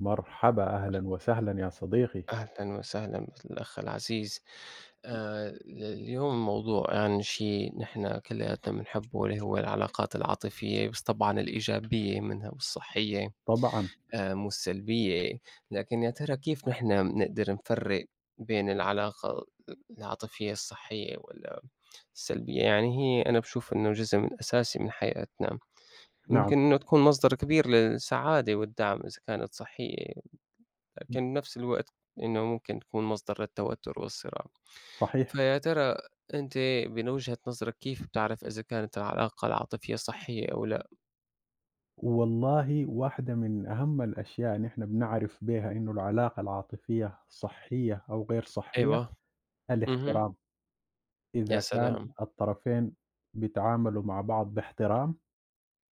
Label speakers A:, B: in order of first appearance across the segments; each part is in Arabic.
A: مرحبا، أهلًا وسهلًا يا صديقي.
B: أهلًا وسهلًا بالأخ العزيز. ال اليوم موضوع يعني شيء نحن كلياتنا بنحبه اللي هو العلاقات العاطفية، بس طبعًا الإيجابية منها والصحية،
A: طبعًا،
B: مو السلبية. لكن يا ترى كيف نحن بنقدر نفرّق بين العلاقة العاطفية الصحية والّا السلبية؟ يعني هي أنا باشوف إنه جزء من أساسي من حياتنا،
A: نعم،
B: يمكن إنه تكون مصدر كبير للسعادة والدعم إذا كانت صحية. لكن بنفس الوقت إنه ممكن تكون مصدر للتوتر والصراع.
A: صحيح.
B: فيا ترى أنتِ من وجهة نظرك كيف بتعرف إذا كانت العلاقة العاطفية صحية أو لأ؟
A: والله واحدة من أهم الأشياء نحن بنعرف بيها إنه العلاقة العاطفية صحية أو غير صحية،
B: أيوه. اهم.
A: الاحترام.
B: يا
A: إذا كان
B: سلام!
A: الطرفين بيتعاملوا مع بعض باحترام،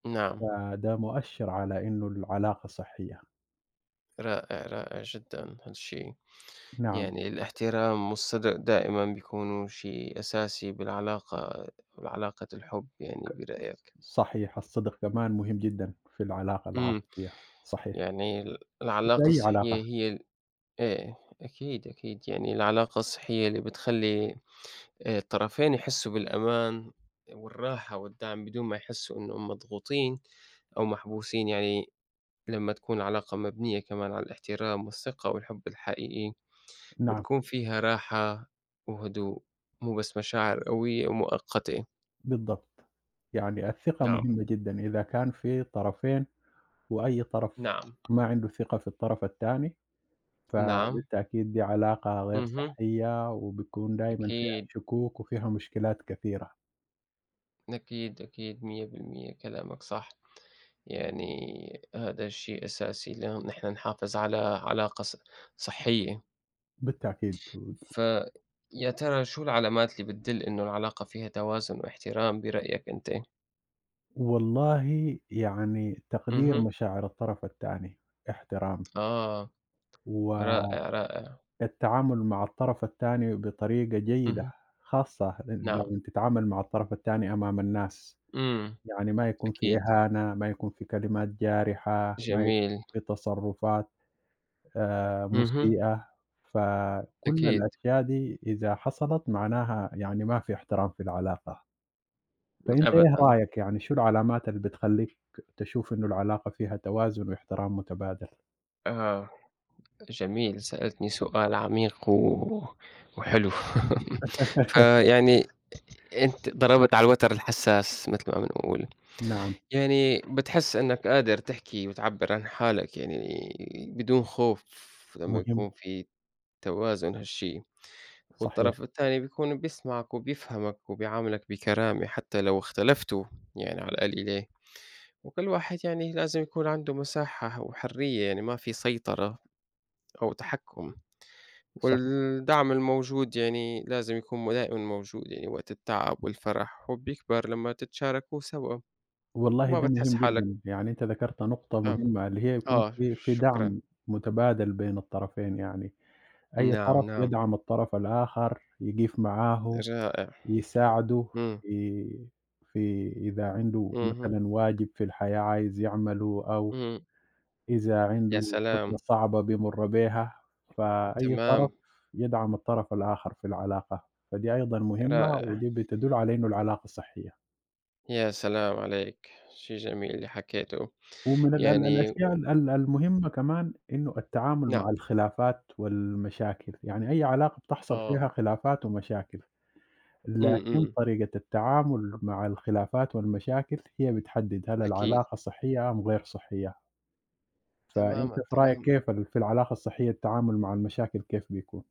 B: نعم.
A: فده مؤشر على إنه العلاقة صحية.
B: رائع، رائع جدًا هالشي.
A: نعم،
B: يعني الاحترام والصدق دائمًا بيكونوا شي أساسي بالعلاقة الحب يعني برأيك.
A: صحيح، الصدق كمان مهم جدًا في العلاقة
B: إمم.
A: العاطفية، صحيح،
B: يعني
A: وفي
B: العلاقة
A: أي
B: الصحية
A: علاقة،
B: هي إيه، أكيد، أكيد. يعني العلاقة الصحية اللي بتخلّي الطرفين يحسّوا بالأمان والراحة والدعم بدون ما يحسّوا إنّهم مضغوطين أو محبوسين، يعني لمّا تكون العلاقة مبنية كمان على الاحترام والثقة والحب الحقيقي،
A: نعم.
B: بتكون فيها راحة وهدوء، مو بس مشاعر قوية ومؤقتة.
A: بالضبط. يعني الثقة
B: نعم،
A: مهمة جدًا، إذا كان في طرفين وأي طرف
B: نعم،
A: ما عنده ثقة في الطرف التاني،
B: نعم،
A: فبالتأكيد دي علاقة غير
B: اهم،
A: صحية وبتكون دايمًا فيها
B: أكيد،
A: شكوك وفيها مشكلات كثيرة،
B: أكيد، أكيد 100% كلامك صح. يعني هذا شيء أساسي لن نحن نحافظ على علاقة صحية.
A: بالتأكيد.
B: فيا ترى شو العلامات اللي بتدل إنه العلاقة فيها توازن واحترام برأيك أنت؟
A: والله يعني تقدير
B: اهم.
A: مشاعر الطرف التاني، احترام،
B: آه،
A: والتعامل
B: رائع، رائع.
A: مع الطرف التاني بطريقة جيدة،
B: اهم.
A: خاصة
B: نعم.
A: لمّا تتعامل مع الطرف التاني أمام الناس.
B: إمم،
A: يعني ما يكون في
B: أكيد.
A: إهانة، ما يكون في كلمات جارحة، ما يكون
B: جميل.
A: في تصرفات
B: اهم.
A: مسيئة، فكل
B: أكيد.
A: الأشياء دي إذا حصلت معناها يعني ما في احترام في العلاقة، فأنت إيه
B: أبدًا.
A: رأيك يعني شو العلامات اللي بتخلّيك تشوف إنه العلاقة فيها توازن واحترام متبادل؟
B: آه، جميل. سألتني سؤال عميق وحلو. فيعني أنت ضربت على الوتر الحساس مثل ما بنقول.
A: نعم،
B: يعني بتحس إنك قادر تحكي وتعبّر عن حالك يعني بدون خوف لمّا
A: مهم،
B: يكون في توازن هالشي،
A: صحيح،
B: والطرف الثاني بيكون بيسمعك وبيفهمك وبيعاملك بكرامة حتى لو اختلفتوا يعني على القليلة، وكل واحد يعني لازم يكون عنده مساحة وحرية يعني ما في سيطرة أو تحكم،
A: صحيح،
B: والدعم الموجود يعني لازم يكون دائما موجود يعني وقت التعب والفرح وبيكبر لما تتشاركوا سوا
A: والله
B: وما
A: ده
B: بتحس
A: مهم
B: حالك.
A: جدًا، يعني أنت ذكرت نقطة
B: آه،
A: مهمة اللي هي يكون
B: آه،
A: في
B: شكرًا.
A: دعم متبادل بين الطرفين يعني. أي طرف
B: نعم، نعم،
A: يدعم الطرف الآخر، يقف معاه،
B: رائع.
A: يساعده
B: إمم،
A: في إذا عنده
B: اهم،
A: مثلًا واجب في الحياة عايز يعمله أو
B: إمم،
A: إذا
B: يا
A: عنده فترة
B: سلام!
A: صعبة بيمُر بيها، فأي طرف
B: تمام،
A: يدعم الطرف الآخر في العلاقة، فدي أيضًا مهمة
B: رائع.
A: ودي بتدل على إنه العلاقة صحية.
B: يا سلام عليك، شي جميل اللي حكيته.
A: ومن ال ال
B: يعني
A: الأشياء ال ال المهمة كمان إنه التعامل
B: نعم،
A: مع الخلافات والمشاكل، يعني أي علاقة بتحصل
B: آه،
A: فيها خلافات ومشاكل.
B: إمم،
A: لكن
B: إمم،
A: طريقة التعامل مع الخلافات والمشاكل هي بتحدد هل
B: أكيد،
A: العلاقة صحية أم غير صحية، فأنت
B: تمامًا،
A: في رأيك
B: تمامًا،
A: كيف في العلاقة الصحية التعامل مع المشاكل كيف بيكون؟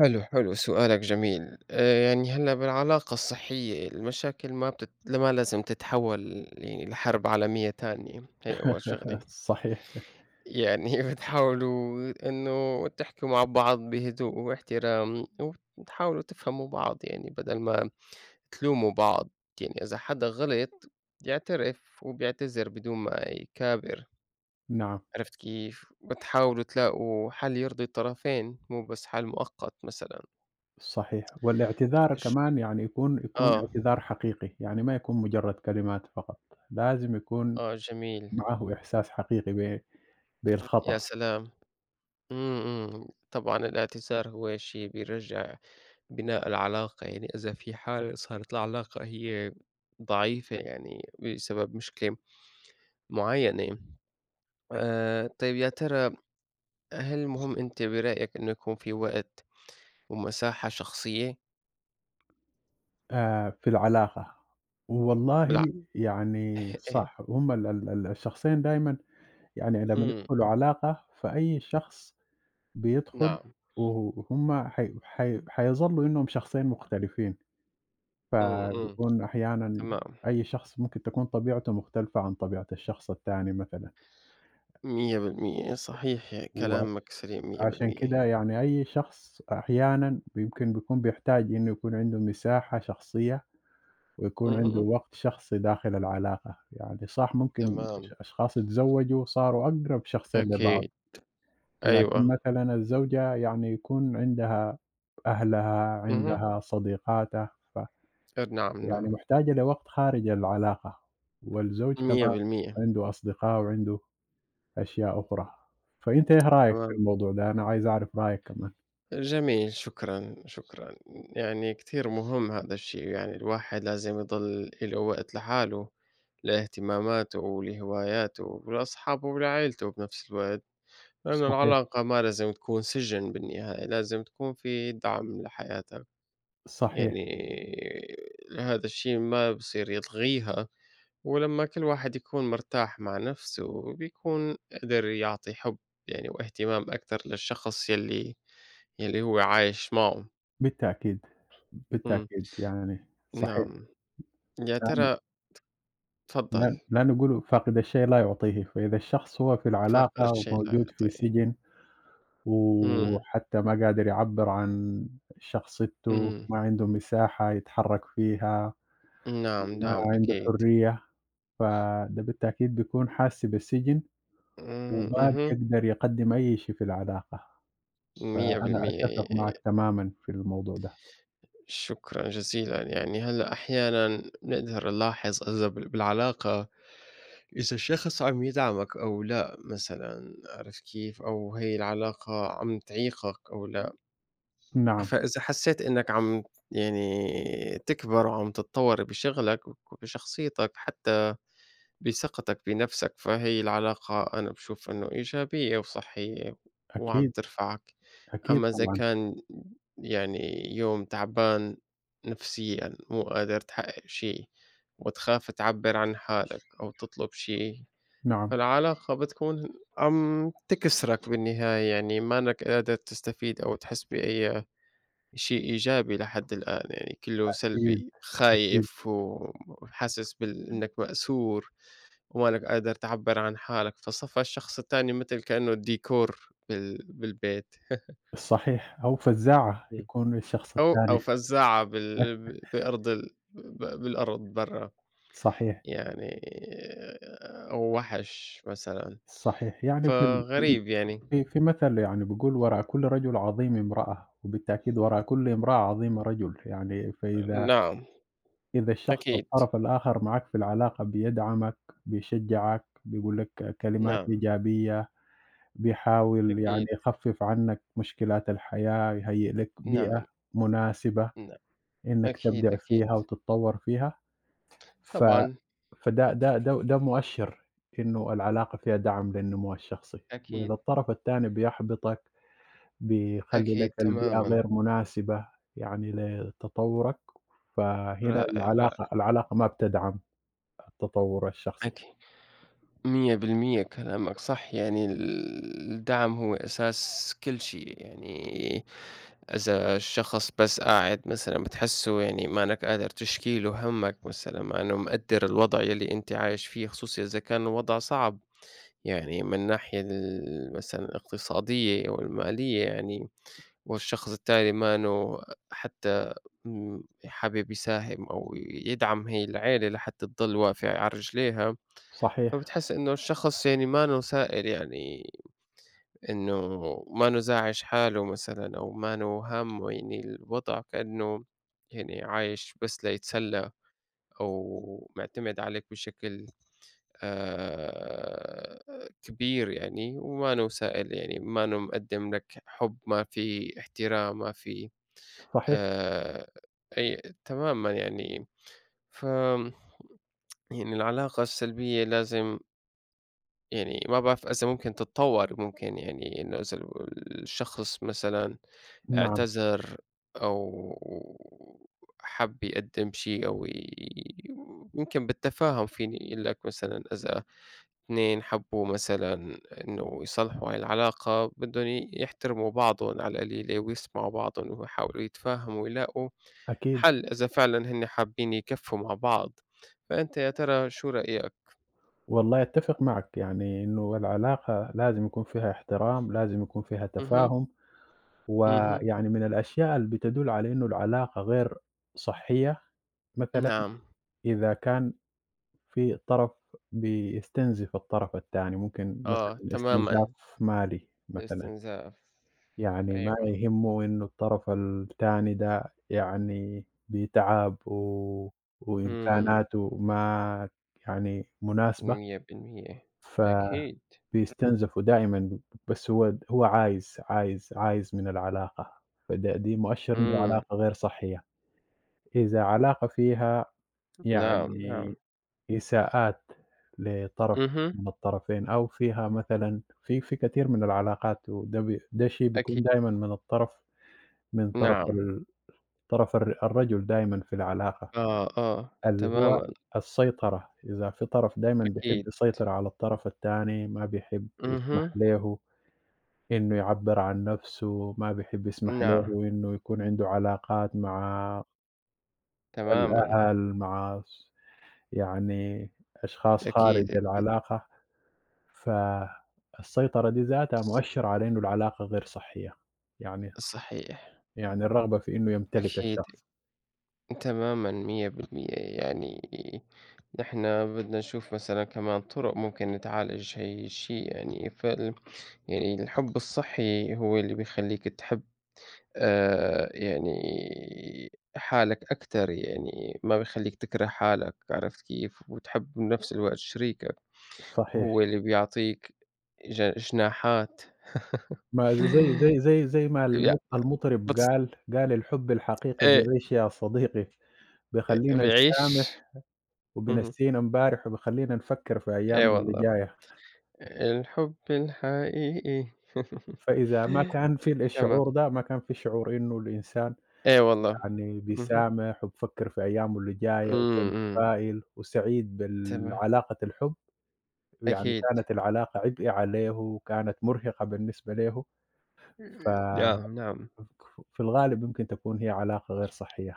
B: حلو، حلو، سؤالك جميل، يعني هلّأ بالعلاقة الصحية المشاكل ما لازم تتحول يعني لحرب عالمية تانية، هي أول شغلة.
A: صحيح،
B: يعني بتحاولوا إنه تحكوا مع بعض بهدوء واحترام وتحاولوا تفهموا بعض يعني بدل ما تلوموا بعض. يعني إذا حدا غلط بيعترف وبيعتذر بدون ما يكابر،
A: نعم،
B: عرفت كيف؟ بتحاولوا تلاقوا حل يرضي الطرفين مو بس حل مؤقت مثلًا.
A: صحيح، والاعتذار
B: ش
A: كمان يعني يكون
B: آه،
A: اعتذار حقيقي، يعني ما يكون مجرد كلمات فقط، لازم يكون
B: آه جميل،
A: معاه إحساس حقيقي
B: يا
A: بالخطأ
B: سلام! إمم، إمم، طبعًا الاعتذار هو شي بيرجّع بناء العلاقة، يعني إذا في حالة صارت العلاقة هي ضعيفة يعني بسبب مشكلة معيّنة. طيب يا ترى هل مهم أنت برأيك إنه يكون في وقت ومساحة شخصية؟
A: في العلاقة.
B: بالع
A: والله يعني
B: إيه،
A: صح، هم ال ال ال الشخصين دايمًا يعني لمّا
B: إمم،
A: ندخل علاقة، فأي شخص بيدخل
B: نعم،
A: هُم حي حي حيظلّوا إنهم شخصين مختلفين،
B: إمم، إمم،
A: فبيكون أحيانًا
B: تمام،
A: أي شخص ممكن تكون طبيعته مختلفة عن طبيعة الشخص التاني مثلًا،
B: 100% صحيح
A: وعش
B: كلامك سليم
A: عشان
B: 100%.
A: كده يعني أي شخص أحيانًا يمكن بيكون بيحتاج إنه يكون عنده مساحة شخصية، ويكون عنده
B: اهم،
A: وقت شخصي داخل العلاقة، يعني صح ممكن
B: تمام،
A: أشخاص اتزوجوا صاروا أقرب شخصين لبعض.
B: أكيد،
A: لكن
B: أيوه،
A: مثلًا الزوجة يعني يكون عندها أهلها،
B: اهم،
A: عندها صديقاتها،
B: نعم،
A: فيعني
B: نعم،
A: محتاجة لوقت خارج العلاقة، والزوج كمان
B: 100%.
A: عنده أصدقاء وعنده أشياء أخرى. فأنت إيه رأيك في
B: تمام،
A: الموضوع ده؟ أنا عايز أعرف رأيك كمان.
B: جميل شكرًا، شكرًا. يعني كتير مهم هذا الشيء، يعني الواحد لازم يضل له وقت لحاله، لاهتماماته ولهواياته ولأصحابه ولعيلته بنفس الوقت. لأنه
A: صحيح،
B: العلاقة ما لازم تكون سجن بالنهاية، لازم تكون في دعم لحياتك.
A: صحيح،
B: يعني هذا الشيء ما بصير يلغيها، ولمّا كل واحد يكون مرتاح مع نفسه بيكون قدر يعطي حب يعني واهتمام أكتر للشخص يلّي يلّي هو عايش معه.
A: بالتأكيد،
B: إمم،
A: بالتأكيد يعني صحيح،
B: نعم، يا
A: لأنه
B: ترى تفضّل،
A: لأنه بيقولوا فاقد الشيء لا يعطيه، فإذا الشخص هو في
B: فاقد
A: العلاقة
B: الشيء لا
A: وموجود في
B: يعطيه.
A: سجن
B: إمم،
A: وحتى ما قادر يعبّر عن شخصيته،
B: إمم،
A: ما عنده مساحة يتحرّك فيها،
B: نعم،
A: ما
B: نعم،
A: عنده
B: أكيد،
A: حرية، فده بالتأكيد بيكون حاسّ بالسجن
B: إمم،
A: وما
B: اهم،
A: بيقدر يقدّم أي شيء في العلاقة، فأنا
B: 100%.
A: أتّفق معك تمامًا في الموضوع ده.
B: شكرًا جزيلًا. يعني هلأ أحيانًا نقدر نلاحظ إذا بالعلاقة إذا الشخص عم يدعمك أو لأ مثلًا، عرفت كيف؟ أو هي العلاقة عم تعيقك أو لأ.
A: نعم،
B: فإذا حسيت إنك عم يعني تكبر وعم تتطور بشغلك وبشخصيتك حتى بثقتك بنفسك، فهي العلاقة أنا باشوف إنه إيجابية وصحية وعم
A: أكيد،
B: ترفعك.
A: أكيد
B: أمّا إذا
A: طبعًا،
B: كان يعني يوم تعبان نفسيًا، مو قادر تحقق شي وتخاف تعبّر عن حالك أو تطلب شي،
A: نعم،
B: فالعلاقة بتكون عم تكسرك بالنهاية، يعني مانك قادر تستفيد أو تحس بأي شي إيجابي لحد الآن، يعني كلّه
A: أكيد،
B: سلبي،
A: أكيد،
B: خايف وحاسس بال إنك مأسور. ومالك قادر تعبّر عن حالك، فصفى الشخص التاني متل كإنه ديكور بالبيت.
A: صحيح، أو فزاعة
B: إمم.
A: يكون الشخص
B: أو
A: التاني،
B: فزّاعة بال ب بأرض ال ب بالأرض برّا،
A: صحيح،
B: يعني أو وحش مثلًا،
A: صحيح، يعني
B: فغريب يعني.
A: في في مثل يعني بيقول وراء كل رجل عظيم امرأة، وبالتأكيد وراء كل امرأة عظيمة رجل، يعني
B: نعم،
A: إذا الشخص
B: أكيد،
A: الطرف الآخر معاك في العلاقة بيدعمك، بيشجعك، بيقول لك كلمات
B: نعم،
A: إيجابية، بيحاول يعني
B: أكيد،
A: يخفف عنك مشكلات الحياة، يهيئ لك بيئة
B: نعم،
A: مناسبة
B: نعم،
A: إنك
B: أكيد،
A: تبدع فيها
B: أكيد،
A: وتتطور فيها، ف
B: طبعًا،
A: فده ده ده ده مؤشر إنه العلاقة فيها دعم للنمو الشخصي، وإذا
B: أكيد،
A: الطرف التاني بيحبطك بيخلّي
B: أكيد،
A: لك البيئة
B: تمامًا،
A: غير مناسبة يعني لتطوّرك، فهنا
B: رائع، رائع،
A: العلاقة ما بتدعم التطوّر الشخصي.
B: أكي 100% كلامك صح. يعني الدعم هو أساس كل شيء. يعني إذا الشخص بس قاعد مثلًا بتحسّه يعني مانك قادر تشكي له همّك مثلًا، مع إنه مقدّر الوضع يلّي أنت عايش فيه، خصوصي إذا كان الوضع صعب، يعني من الناحية مثلًا الاقتصادية أو المالية يعني، والشخص التاني مانه حتى م حابب يساهم أو يدعم هي العيلة لحتى تضل واقفة على رجليها.
A: صحيح،
B: فبتحس إنه الشخص يعني مانو سائل، يعني إنه مانو زاعِج حاله مثلًا أو مانو هامّه، يعني الوضع كإنه يعني عايش بس ليتسلّى أو مُعتمد عليك بشكل آآ كبير يعني، ومانو سائل يعني مانو مقدّم لك حُب، ما في احترام، ما في
A: صحيح،
B: آآ أي تمامًا يعني. ف يعني العلاقة السلبية لازم يعني ما باعرف إذا ممكن تتطور، ممكن يعني إنه إذا الشخص مثلًا
A: نعم،
B: اعتذر أو حَب يقدّم شي أو ي يمكن بالتفاهم، فيني أقول لك مثلًا إذا اتنين حبّوا مثلًا إنه يصلحوا هاي العلاقة بدّن يحترموا بعضُن على القليلة ويسمعوا بعضُن ويحاولوا يتفاهموا ويلاقوا
A: أكيد.
B: حَل إذا فعلًا هن حابّين يكفّوا مع بعض. فأنت يا ترى شو رأيك؟
A: والله أتّفق معك، يعني إنه العلاقة لازم يكون فيها احترام، لازم يكون فيها
B: اهم،
A: تفاهم،
B: اهم،
A: ويعني من الأشياء اللي بتدُل على إنه العلاقة غير صحّية، مثلًا
B: نعم.
A: إذا كان في طرف بيستنزف الطرف التاني، ممكن
B: آه،
A: مثلًا استنزاف
B: تمامًا،
A: مالي مثلًا.
B: الاستنزاف.
A: يعني ما
B: أيوه،
A: يهمه إنه الطرف التاني ده يعني بتعب و
B: إمم،
A: وإمكاناته ما يعني مناسبة،
B: 100%، أكيد،
A: فبيستنزفوا دائمًا، بس هو هو عايز، عايز، عايز من العلاقة، فده دي مؤشر إن
B: إمم،
A: العلاقة غير صحية. إذا علاقة فيها
B: نعم، نعم،
A: يعني إساءات لطرف
B: اهم،
A: من الطرفين أو فيها مثلًا في في كثير من العلاقات وده بي ده شيء
B: أكيد،
A: بيكون دايمًا من الطرف من طرف
B: نعم،
A: ال طرف الر الرجل دايمًا في العلاقة،
B: آه، آه،
A: اللي هو
B: تمامًا،
A: السيطرة، إذا في طرف دايمًا بيحب
B: أكيد،
A: يسيطر على الطرف التاني، ما بيحب يسمح
B: اهم،
A: له إنه يعبّر عن نفسه، ما بيحب يسمح له
B: نعم،
A: إنه يكون عنده علاقات مع
B: تمامًا،
A: الأهل، مع ص يعني أشخاص خارج
B: أكيد، أكيد،
A: العلاقة، فالسيطرة دي ذاتها
B: ص
A: مؤشر على إنه العلاقة غير صحية، يعني
B: صحيح،
A: يعني الرغبة في إنه يمتلك
B: أكيد،
A: الشخص.
B: تمامًا 100%. يعني إحنا بدنا نشوف مثلًا كمان طرق ممكن نتعالج هي الشيء يعني. يعني الحُب الصحي هو اللي بيخلّيك تحب يعني حالك أكتر، يعني ما بيخلّيك تكره حالك، عرفت كيف؟ وتحب بنفس الوقت شريكك. هو
A: صحيح.
B: اللي بيعطيك جناحات.
A: ما ز زي زي زي زي ما
B: ي
A: المطرب
B: بتص
A: قال، قال: "الحب الحقيقي
B: إيه،
A: بيعيش يا صديقي، بيخلّينا
B: بيعيش.
A: نسامح
B: اهم،
A: وبينسينا امبارح وبيخلّينا نفكّر في
B: إيه
A: أيامنا اللي
B: والله،
A: جاية."
B: الحب الحقيقي.
A: فإذا ما كان في
B: تمام،
A: الشعور ده، ما كان في شعور إنه الإنسان
B: إيه والله،
A: يعني
B: اهم،
A: بيسامح وبيفكّر في أيامه اللي جاية وهو
B: إمم، إمم،
A: متفائل وسعيد
B: تمام،
A: بالعلاقة الحب، يعني
B: أكيد،
A: كانت العلاقة عبء عليه وكانت مرهقة بالنسبة له، ف
B: نعم، نعم.
A: في الغالب يمكن تكون هي علاقة غير صحية.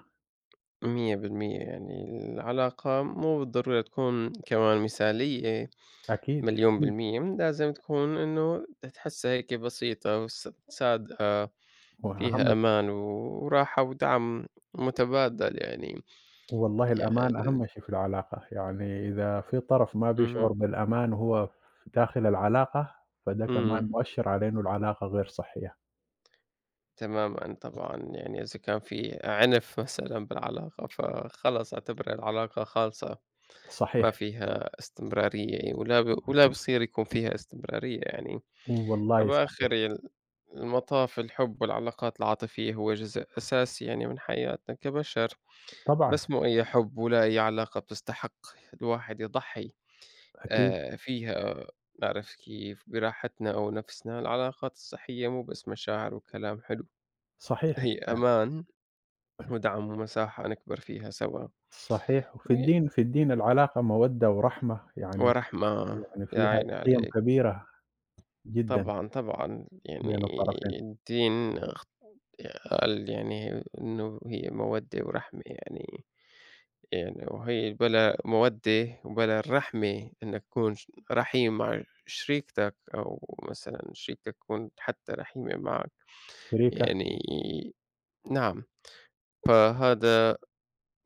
B: 100%. يعني العلاقة مو بالضرورة تكون كمان مثالية
A: أكيد.
B: مليون بالمية، لازم تكون إنه تحسّها هيك بسيطة صادقة،
A: وأهم
B: فيها أمان وراحة ودعم متبادل يعني.
A: والله الأمان
B: ي
A: أهم شي في العلاقة، يعني إذا في طرف ما بيشعر
B: اهم،
A: بالأمان وهو داخل العلاقة، فده كمان
B: إمم،
A: مؤشر على إنه العلاقة غير صحية،
B: تمامًا طبعًا. يعني إذا كان في عنف مثلًا بالعلاقة فخلص اعتبرها العلاقة خالصة، ما
A: صحيح،
B: فيها استمرارية ولا بصير يكون فيها استمرارية يعني.
A: والله
B: فبآخر
A: صحيح،
B: المطاف الحب والعلاقات العاطفية هو جزء أساسي يعني من حياتنا كبشر،
A: طبعًا
B: بس مو أي حب ولا أي علاقة بتستحق الواحد يضحي.
A: أكيد،
B: آه، فيها نعرف كيف براحتنا أو نفسنا، العلاقات الصحية مو بس مشاعر وكلام حلو،
A: صحيح،
B: هي أمان ودعم ومساحة نكبر فيها سوا.
A: صحيح، وفي
B: وي-
A: الدين في الدين العلاقة مودة ورحمة، يعني
B: ورحمة،
A: يعني
B: يا
A: فيها
B: عيني
A: قيم
B: عليك.
A: كبيرة جدًا
B: طبعا طبعا
A: بين
B: يعني
A: الطرفين،
B: الدين قال يعني إنه هي مَوَدّة ورحمة، يعني يعني وهي بلا مَوَدّة وبلا الرحمة إنّك تكون رحيم مع شريكتك أو مثلًا شريكتك تكون حتّى رحيمة معك.
A: شريكة
B: يعني نعم، فهذا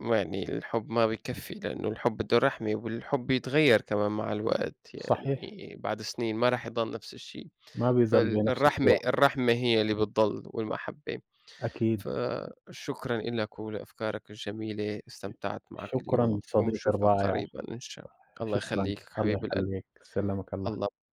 B: يعني الحُب ما بيكفّي، لإنه الحُب بده رحمة، والحُب بيتغيّر كمان مع الوقت،
A: صحيح،
B: يعني بعد سنين ما راح يضل نفس الشي.
A: ما بيزال بنفس
B: فالرحمة،
A: القوى،
B: الرحمة هي اللي بتضل، والمحبة.
A: أكيد،
B: فشكرًا إلك ولأفكارك الجميلة، استمتعت معك
A: شكرًا
B: اليوم
A: صديقي
B: ونشوفك
A: الرائع،
B: قريبًا إن شاء الله. الله
A: شكرًا،
B: يخليك
A: الله
B: حبيب القلب.
A: يخليك، سلّمك الله.
B: الله.